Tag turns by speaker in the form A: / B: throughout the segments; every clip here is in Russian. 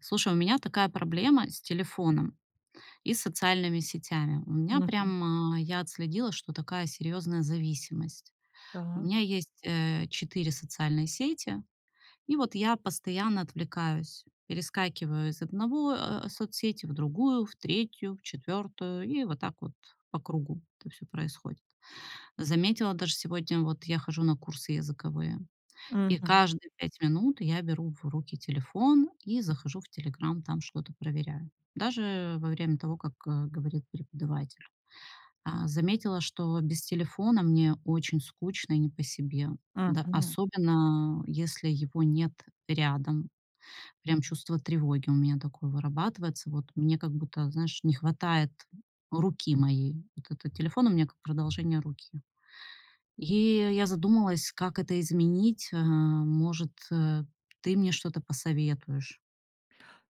A: Слушай, у меня такая проблема с телефоном и с социальными сетями. У меня
B: Мгм.
A: прям, я отследила, что такая серьезная зависимость. У
B: Так.
A: меня есть четыре социальные сети, и вот я постоянно отвлекаюсь, перескакиваю из одного соцсети в другую, в третью, в четвертую, и вот так вот по кругу это все происходит. Заметила даже сегодня, вот я хожу на курсы языковые, и
B: Мгм.
A: каждые 5 минут я беру в руки телефон и захожу в "Телеграм", там что-то проверяю. Даже во время того, как говорит преподаватель. Заметила, что без телефона мне очень скучно и не по себе. Да,
B: Мгм.
A: особенно если его нет рядом. Прям чувство тревоги у меня такое вырабатывается. Вот мне как будто, знаешь, не хватает руки моей. Вот это телефон у меня как продолжение руки. И я задумалась, как это изменить. А, может, ты мне что-то посоветуешь?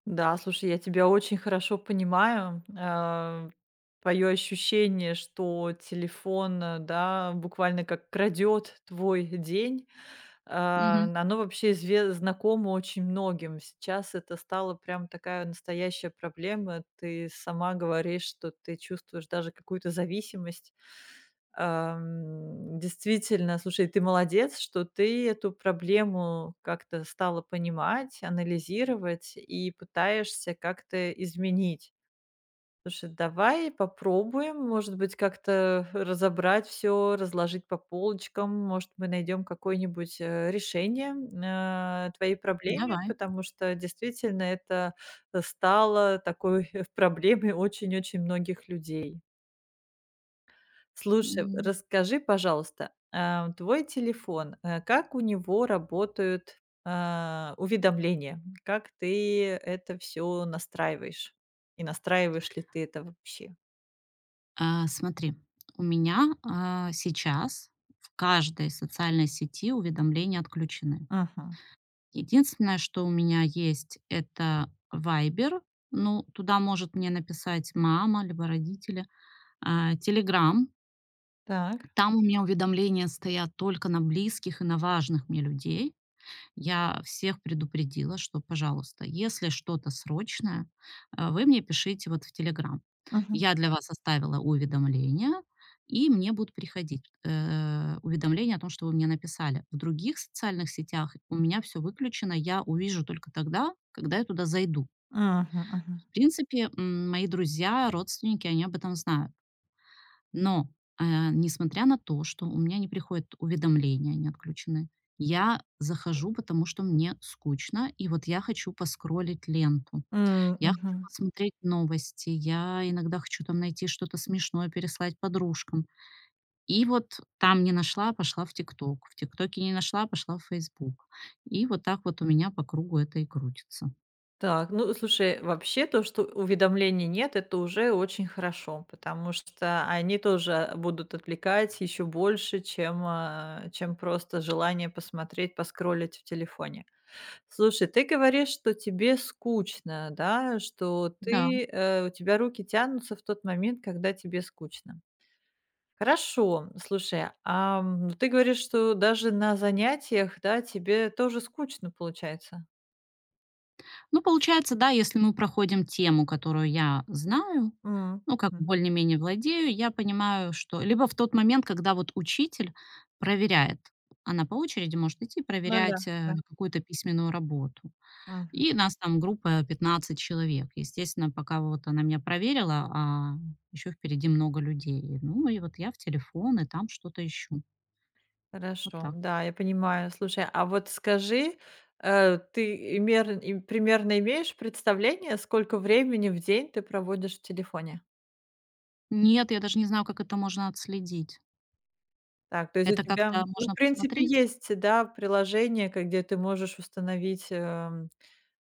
B: Да, слушай, я тебя очень хорошо понимаю. Твое ощущение, что телефон, да, буквально как крадет твой день.
A: Мгм.
B: Оно вообще изве знакомо очень многим. Сейчас это стало прям такая настоящая проблема. Ты сама говоришь, что ты чувствуешь даже какую-то зависимость. Действительно, слушай, ты молодец, что ты эту проблему как-то стала понимать, анализировать и пытаешься как-то изменить. Слушай, давай попробуем, может быть, как-то разобрать все, разложить по полочкам. Может, мы найдем какое-нибудь, решение, твоей проблеме,
A: Давай.
B: потому что действительно это, стало такой проблемой очень-очень многих людей. Слушай,
A: М.
B: расскажи, пожалуйста, твой телефон, как у него работают, уведомления? Как ты это все настраиваешь? И настраиваешь ли ты это вообще?
A: Смотри, у меня, сейчас в каждой социальной сети уведомления отключены.
B: Ага.
A: Единственное, что у меня есть, это "Вайбер". Ну, туда может мне написать мама либо родители. "Телеграм",
B: Так.
A: там у меня уведомления стоят только на близких и на важных мне людей. Я всех предупредила, что, пожалуйста, если что-то срочное, вы мне пишите вот в "Телеграм".
B: Мгм.
A: Я для вас оставила уведомления, и мне будут приходить, уведомления о том, что вы мне написали. В других социальных сетях у меня все выключено, я увижу только тогда, когда я туда зайду.
B: Мгм, мгм.
A: В принципе, мои друзья, родственники, они об этом знают. Но, несмотря на то, что у меня не приходят уведомления, они отключены, я захожу, потому что мне скучно, и вот я хочу поскроллить ленту.
B: М,
A: Я хочу
B: мгм.
A: посмотреть новости, я иногда хочу там найти что-то смешное, переслать подружкам. И вот там не нашла, пошла в "Тикток", в "Тиктоке" не нашла, пошла в "Фейсбук". И вот так вот у меня по кругу это и крутится.
B: Так, ну, слушай, вообще то, что уведомлений нет, это уже очень хорошо, потому что они тоже будут отвлекать еще больше, чем просто желание посмотреть, поскроллить в телефоне. Слушай, ты говоришь, что тебе скучно, да, что
A: Да.
B: у тебя руки тянутся в тот момент, когда тебе скучно. Хорошо. Слушай, ты говоришь, что даже на занятиях, да, тебе тоже скучно получается?
A: Ну, получается, да, если мы проходим тему, которую я знаю,
B: М,
A: ну, как бы
B: мгм.
A: более-менее владею, я понимаю, что либо в тот момент, когда вот учитель проверяет, она по очереди может идти
B: Ну да,
A: проверять
B: да.
A: какую-то письменную работу.
B: Мгм.
A: И нас там группа 15 человек. Естественно, пока вот она меня проверила, а еще впереди много людей. Ну, и вот я в телефон, и там что-то ищу. Вот
B: Хорошо,
A: так.
B: да, я понимаю. Слушай, а вот скажи, ты имер и примерно имеешь представление, сколько времени в день ты проводишь в телефоне?
A: Нет, я даже не знаю, как это можно отследить.
B: Так, то есть у
A: Это
B: тебя,
A: как-то
B: ну, в
A: можно
B: принципе,
A: посмотреть?
B: есть, да, приложение, ко где ты можешь установить, эм,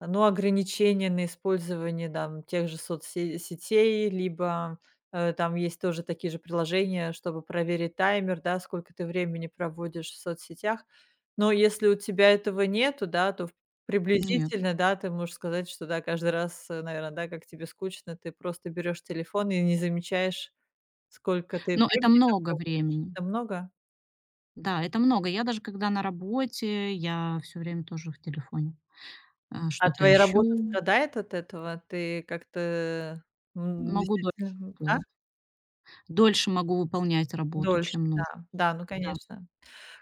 B: Ну, ограничения на использование там тех же соцсетей, либо, там есть тоже такие же приложения, чтобы проверить таймер, да, сколько ты времени проводишь в соцсетях. Но если у тебя этого нету, да, то
A: Нет.
B: приблизительно, да, ты можешь сказать, что да, каждый раз, наверное, да, как тебе скучно, ты просто берешь телефон и не замечаешь, сколько ты
A: Но это
B: времени там
A: много
B: проводишь.
A: времени.
B: Это много?
A: Да, это много. Я даже когда на работе, я все время тоже в телефоне,
B: А
A: что-то
B: твоя работа
A: ищу.
B: страдает от этого? Ты как-то,
A: Могу дольше
B: действительно, а?
A: делать. Дольше могу выполнять работу,
B: Дольше,
A: чем нужно,
B: да. Да, ну,
A: да.
B: конечно.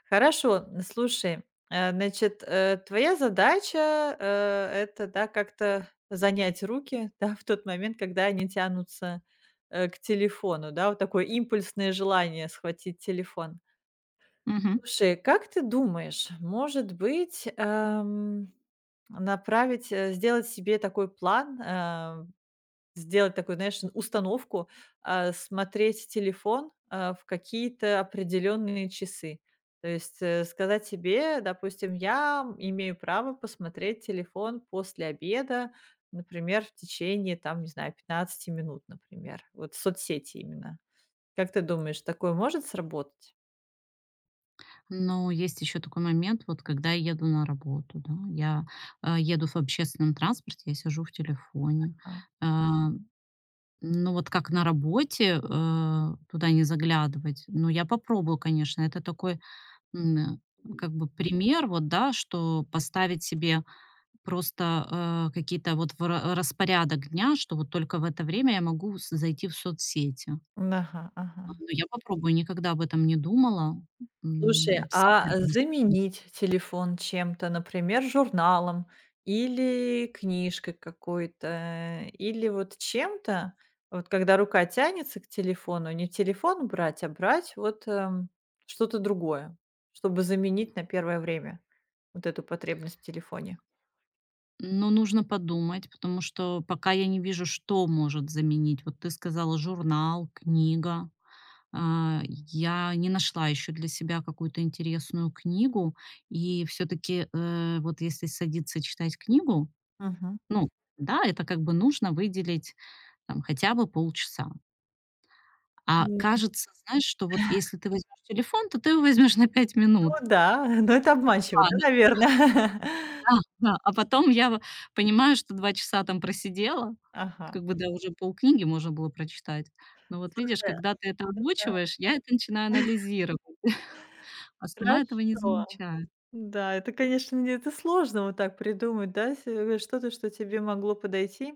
B: Хорошо, н слушай, значит, твоя задача, это, да, как-то занять руки, да, в тот момент, когда они тянутся, к телефону, да, вот такое импульсное желание схватить телефон.
A: Мгм.
B: Слушай, как ты думаешь, может быть, сделать себе такой план. Сделать такую, знаешь, установку, смотреть телефон, в какие-то определенные часы. То есть, сказать себе, допустим, я имею право посмотреть телефон после обеда, например, в течение, там, не знаю, 15 минут, например. Вот соцсети именно. Как ты думаешь, такое может сработать?
A: Но есть еще такой момент, вот когда я еду на работу, да, я, еду в общественном транспорте, я сижу в телефоне.
B: А,
A: А, ну, вот как на работе, туда не заглядывать? Ну, я попробую, конечно. Это такой М, э, как бы пример, вот, да, что поставить себе просто, какие-то вот в ра распорядок дня, что вот только в это время я могу с зайти в соцсети.
B: ага, ага.
A: Ну, я попробую, никогда об этом не думала.
B: Слушай,
A: М,
B: а
A: самой даже стало
B: заменить
A: интересно.
B: телефон чем-то, например, журналом или книжкой какой-то, или вот чем-то, вот когда рука тянется к телефону, не телефон брать, а брать вот, что-то другое, чтобы заменить на первое время вот эту потребность в телефоне.
A: Но нужно подумать, потому что пока я не вижу, что может заменить. Вот ты сказала журнал, книга. Я не нашла еще для себя какую-то интересную книгу. И все-таки, вот если садиться читать книгу,
B: Мгм.
A: ну да, это как бы нужно выделить там хотя бы полчаса. А
B: Ну
A: кажется, знаешь, что вот если ты возьмешь телефон, то ты его возьмешь на 5 минут.
B: да, но это обманчиво,
A: Да,
B: да,
A: ну
B: наверное?
A: да, да. А потом я в понимаю, что 2 часа там просидела,
B: Ага.
A: как бы, да, уже полкниги можно было прочитать. Но вот видишь,
B: Слушай,
A: когда ты это озвучиваешь, я это начинаю анализировать, а сама этого не
B: хорошо.
A: замечаю.
B: Да, это, конечно, не это сложно вот так придумать, да, что-то, что тебе могло подойти.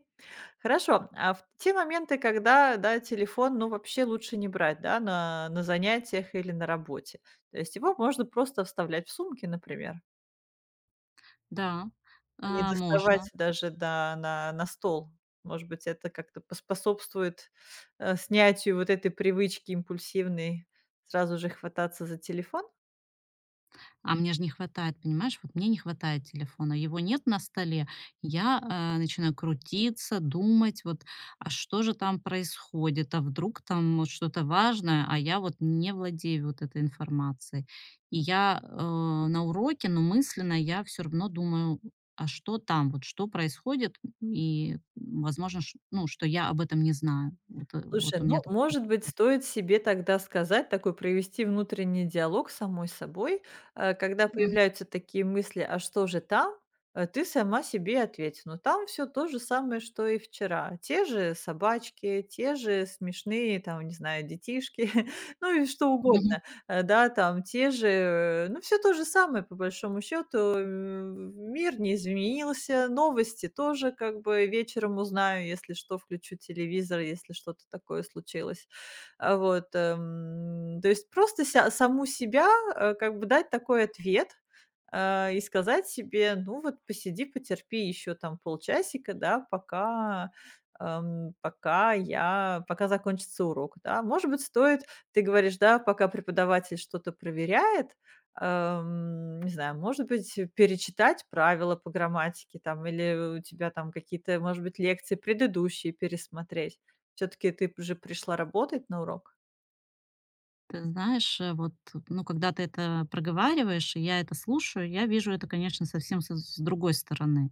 B: Хорошо, а в те моменты, когда, да, телефон, ну, вообще лучше не брать, да, на занятиях или на работе. То есть его можно просто вставлять в сумки, например.
A: Да,
B: Не
A: можно.
B: доставать даже, да, на стол. Может быть, это как-то поспособствует, снятию вот этой привычки импульсивной сразу же хвататься за телефон?
A: А мне же не хватает, понимаешь? Вот мне не хватает телефона. Его нет на столе. Я, начинаю крутиться, думать, вот, а что же там происходит? А вдруг там вот что-то важное, а я вот не владею вот этой информацией. И я, на уроке, но мысленно я все равно думаю: а что там, вот что происходит? И, возможно, ш ну, что я об этом не знаю. Вот
B: Слушай,
A: у
B: ну,
A: меня такое.
B: может быть, стоит себе тогда сказать, такой провести внутренний диалог с самой собой, когда появляются такие мысли: "А что же там?" Ты сама себе ответь: "Ну, там все то же самое, что и вчера. Те же собачки, те же смешные, там, не знаю, детишки, ну и что угодно." Да, там те же, ну, все то же самое по большому счету. Мир не изменился, новости тоже как бы вечером узнаю, если что, включу телевизор, если что-то такое случилось. Вот, то есть просто ся саму себя, как бы дать такой ответ, и сказать себе: "Ну вот посиди, потерпи еще там полчасика, да, пока закончится урок." Да, может быть, стоит ты говоришь, да, пока преподаватель что-то проверяет, не знаю, может быть, перечитать правила по грамматике там или у тебя там какие-то, может быть, лекции предыдущие пересмотреть. Все таки ты же пришла работать на урок?
A: Ты знаешь, вот, ну, когда ты это проговариваешь, и я это слушаю, я вижу это, конечно, совсем с другой стороны.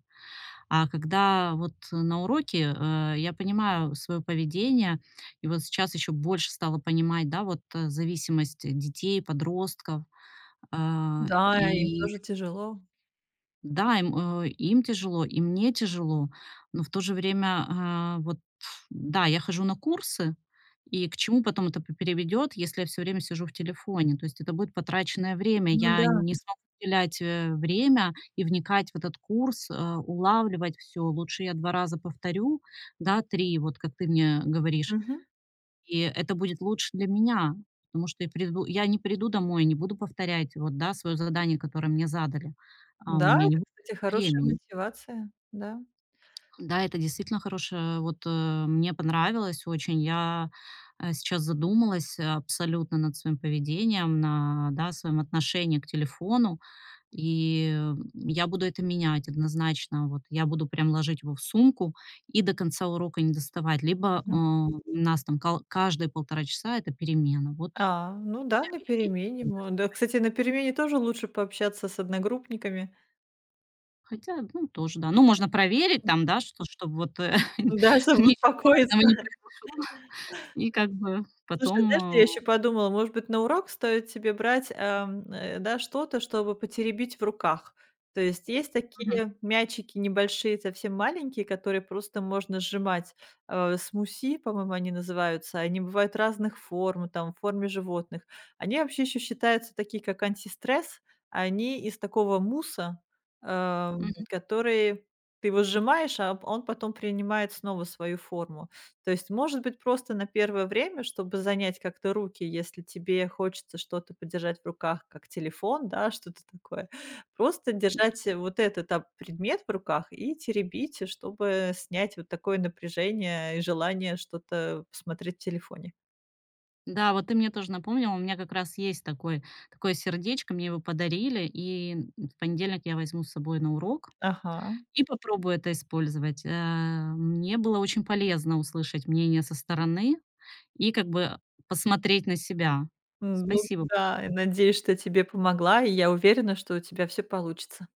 A: А когда вот на уроке я понимаю свое поведение, и вот сейчас еще больше стала понимать, да, вот зависимость детей, подростков,
B: Да, им
A: и
B: тоже тяжело.
A: да, им тяжело, и мне тяжело, но в то же время, вот, да, я хожу на курсы, и к чему потом это п приведет, если я все время сижу в телефоне? То есть это будет потраченное время.
B: Ну
A: Я
B: да.
A: не смогу уделять, время и вникать в этот курс, улавливать все. Лучше я 2 раза повторю, да, 3, вот как ты мне говоришь,
B: Мгм.
A: и это будет лучше для меня, потому что я не приду домой, не буду повторять вот, да, свое задание, которое мне задали. У
B: Да,
A: меня не
B: это,
A: будет
B: кстати, хорошая
A: времени.
B: мотивация, да.
A: Да, это действительно хорошее. Вот, мне понравилось очень. Я, сейчас задумалась, абсолютно над своим поведением, да, своем отношении к телефону. И, я буду это менять однозначно. Вот я буду прям ложить его в сумку и до конца урока не доставать. Либо,
B: Мгм.
A: у нас там кал каждые полтора часа- это перемена. Вот
B: Ну да, на
A: перемене.
B: перемене мо Да, кстати, на перемене тоже лучше пообщаться с одногруппниками.
A: Хотя, ну, тоже, да. Ну, можно проверить там, да, чтоб вот,
B: Да, чтобы
A: ничего важного
B: успокоиться.
A: не произошло. И как бы
B: Слушай, знаешь,
A: потом,
B: я еще подумала, может быть, на урок стоит тебе брать, да, что-то, чтобы потеребить в руках. То есть есть
A: мгм,
B: такие мячики небольшие, совсем маленькие, которые просто можно сжимать. Смуси, по-моему, они называются. Они бывают разных форм, там, в форме животных. Они вообще еще считаются такие, как антистресс. Они из такого муса,
A: мгм.
B: который ты его сжимаешь, а он потом принимает снова свою форму. То есть, может быть, просто на первое время, чтобы занять как-то руки, если тебе хочется что-то подержать в руках, как телефон, да, что-то такое. Просто держать, вот этот, предмет в руках и теребить, чтобы снять вот такое напряжение и желание что-то посмотреть в телефоне.
A: Да, вот ты мне тоже напомнил, у меня как раз есть такой такое сердечко, мне его подарили, и, в понедельник я возьму с собой на урок
B: Ага.
A: и попробую это использовать. Мне было очень полезно услышать мнение со стороны и как бы посмотреть на себя.
B: Ну
A: Спасибо
B: да, и
A: большое.
B: надеюсь, что я тебе помогла, и я уверена, что у тебя все получится.